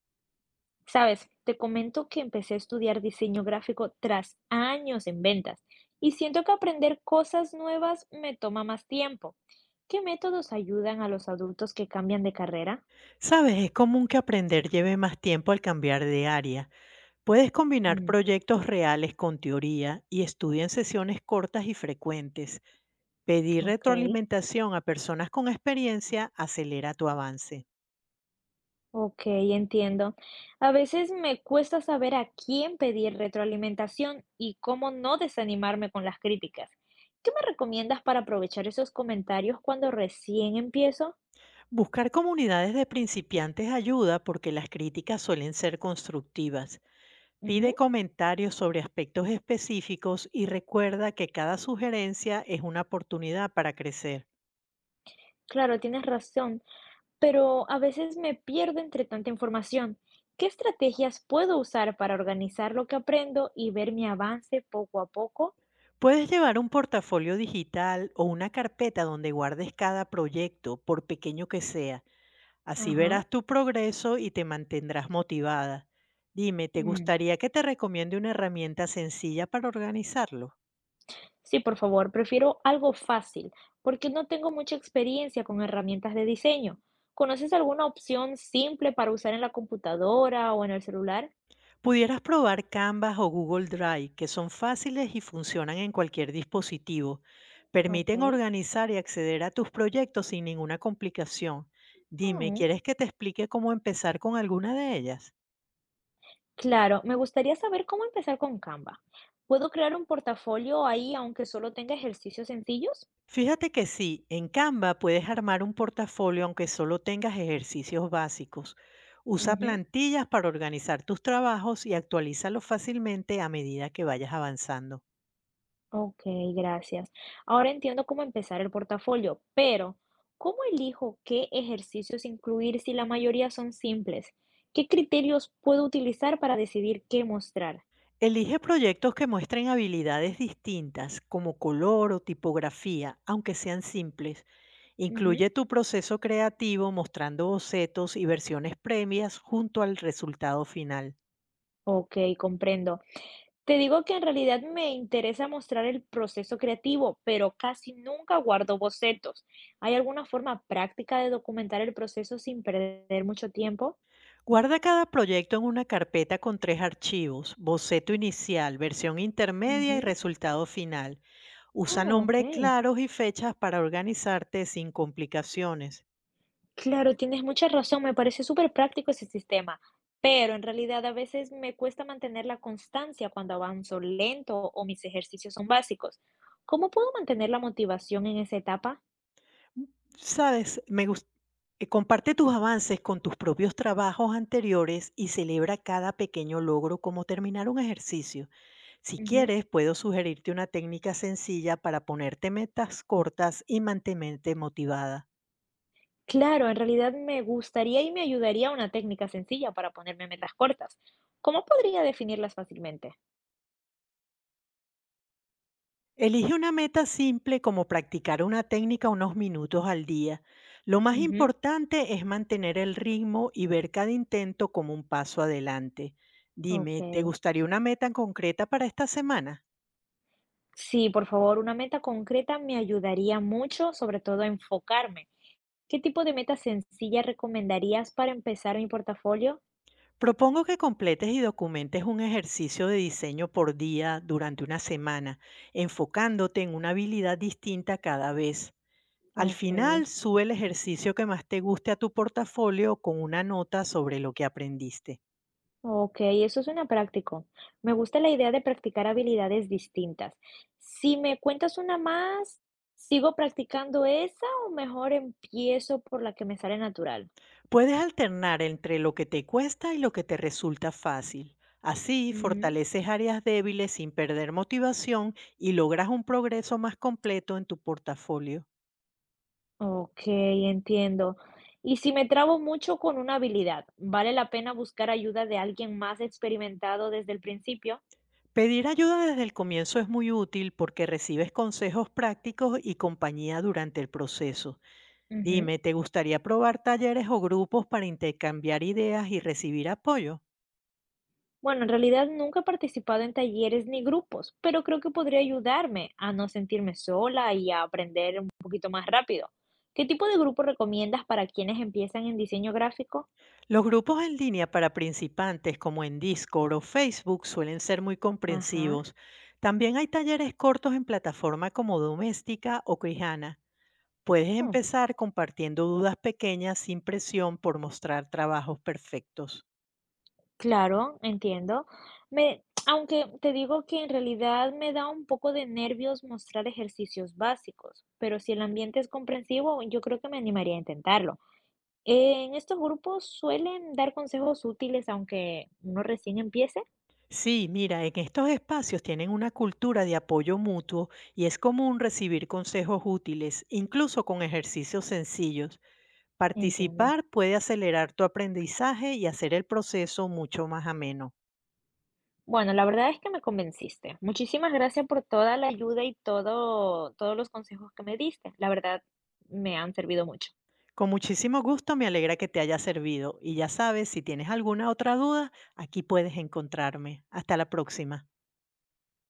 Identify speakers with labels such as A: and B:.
A: Sabes, te comento que empecé a estudiar diseño gráfico tras años en ventas y siento que aprender cosas nuevas me toma más tiempo. ¿Qué métodos ayudan a los adultos que cambian de carrera?
B: Sabes, es común que aprender lleve más tiempo al cambiar de área. Puedes combinar
A: Mm,
B: proyectos reales con teoría y estudia en sesiones cortas y frecuentes. Pedir
A: ok,
B: retroalimentación a personas con experiencia acelera tu avance.
A: ok, entiendo. A veces me cuesta saber a quién pedir retroalimentación y cómo no desanimarme con las críticas. ¿Qué me recomiendas para aprovechar esos comentarios cuando recién empiezo?
B: Buscar comunidades de principiantes ayuda porque las críticas suelen ser constructivas. Pide
A: Ujú,
B: comentarios sobre aspectos específicos y recuerda que cada sugerencia es una oportunidad para crecer.
A: claro, tienes razón. Pero a veces me pierdo entre tanta información. ¿Qué estrategias puedo usar para organizar lo que aprendo y ver mi avance poco a poco?
B: Puedes llevar un portafolio digital o una carpeta donde guardes cada proyecto, por pequeño que sea. Así
A: Ajá.
B: verás tu progreso y te mantendrás motivada. Dime, ¿te
A: Mm.
B: gustaría que te recomiende una herramienta sencilla para organizarlo?
A: Sí, por favor, prefiero algo fácil, porque no tengo mucha experiencia con herramientas de diseño. ¿Conoces alguna opción simple para usar en la computadora o en el celular?
B: Pudieras probar Canvas o Google Drive, que son fáciles y funcionan en cualquier dispositivo. Permiten
A: Ok.
B: organizar y acceder a tus proyectos sin ninguna complicación. Dime,
A: Mm.
B: ¿quieres que te explique cómo empezar con alguna de ellas?
A: Claro, me gustaría saber cómo empezar con Canva. ¿Puedo crear un portafolio ahí aunque solo tenga ejercicios sencillos?
B: Fíjate que sí, en Canva puedes armar un portafolio aunque solo tengas ejercicios básicos. Usa plantillas para organizar tus trabajos y actualízalos fácilmente a medida que vayas avanzando.
A: Ok, gracias. Ahora entiendo cómo empezar el portafolio, pero ¿cómo elijo qué ejercicios incluir si la mayoría son simples? ¿Qué criterios puedo utilizar para decidir qué mostrar?
B: Elige proyectos que muestren habilidades distintas, como color o tipografía, aunque sean simples.
A: Ujú.
B: Incluye tu proceso creativo mostrando bocetos y versiones previas junto al resultado final.
A: Ok, comprendo. Te digo que en realidad me interesa mostrar el proceso creativo, pero casi nunca guardo bocetos. ¿Hay alguna forma práctica de documentar el proceso sin perder mucho tiempo?
B: Guarda cada proyecto en una carpeta con tres archivos, boceto inicial, versión intermedia y
A: Ujú.
B: resultado final. Usa
A: Oh, ok.
B: nombres claros y fechas para organizarte sin complicaciones.
A: Claro, tienes mucha razón, me parece súper práctico ese sistema, pero en realidad a veces me cuesta mantener la constancia cuando avanzo lento o mis ejercicios son básicos. ¿Cómo puedo mantener la motivación en esa etapa?
B: Sabes, me gus- Comparte tus avances con tus propios trabajos anteriores y celebra cada pequeño logro como terminar un ejercicio. Si
A: Ujú.
B: quieres, puedo sugerirte una técnica sencilla para ponerte metas cortas y mantenerte motivada.
A: Claro, en realidad me gustaría y me ayudaría una técnica sencilla para ponerme metas cortas. ¿Cómo podría definirlas fácilmente?
B: Elige una meta simple como practicar una técnica unos minutos al día. Lo más
A: Ujú,
B: importante es mantener el ritmo y ver cada intento como un paso adelante.
A: ok.
B: Dime, ¿te gustaría una meta en concreta para esta semana?
A: Sí, por favor, una meta concreta me ayudaría mucho, sobre todo a enfocarme. ¿Qué tipo de meta sencilla recomendarías para empezar mi portafolio?
B: Propongo que completes y documentes un ejercicio de diseño por día durante una semana, enfocándote en una habilidad distinta cada vez. Al
A: Ok,
B: final, sube el ejercicio que más te guste a tu portafolio con una nota sobre lo que aprendiste.
A: ok, eso suena práctico. Me gusta la idea de practicar habilidades distintas. Si me cuentas una más, ¿sigo practicando esa o mejor empiezo por la que me sale natural?
B: Puedes alternar entre lo que te cuesta y lo que te resulta fácil. Así
A: Mm,
B: fortaleces áreas débiles sin perder motivación y logras un progreso más completo en tu portafolio.
A: ok, entiendo. Y si me trabo mucho con una habilidad, ¿vale la pena buscar ayuda de alguien más experimentado desde el principio?
B: Pedir ayuda desde el comienzo es muy útil porque recibes consejos prácticos y compañía durante el proceso.
A: Ujú.
B: Dime, ¿te gustaría probar talleres o grupos para intercambiar ideas y recibir apoyo?
A: Bueno, en realidad nunca he participado en talleres ni grupos, pero creo que podría ayudarme a no sentirme sola y a aprender un poquito más rápido. ¿Qué tipo de grupo recomiendas para quienes empiezan en diseño gráfico?
B: Los grupos en línea para principiantes como en Discord o Facebook suelen ser muy
A: Ajá.
B: comprensivos. También hay talleres cortos en plataformas como Doméstica o Crijana. Puedes
A: Mm,
B: empezar compartiendo dudas pequeñas sin presión por mostrar trabajos perfectos.
A: claro, entiendo. Aunque te digo que en realidad me da un poco de nervios mostrar ejercicios básicos, pero si el ambiente es comprensivo, yo creo que me animaría a intentarlo. En estos grupos suelen dar consejos útiles aunque uno recién empiece.
B: Sí, mira, en estos espacios tienen una cultura de apoyo mutuo y es común recibir consejos útiles, incluso con ejercicios sencillos.
A: Entiendo.
B: Participar puede acelerar tu aprendizaje y hacer el proceso mucho más ameno.
A: Bueno, la verdad es que me convenciste. Muchísimas gracias por toda la ayuda y todos los consejos que me diste. La verdad, me han servido mucho.
B: Con muchísimo gusto, me alegra que te haya servido. Y ya sabes, si tienes alguna otra duda, aquí puedes encontrarme. Hasta la próxima.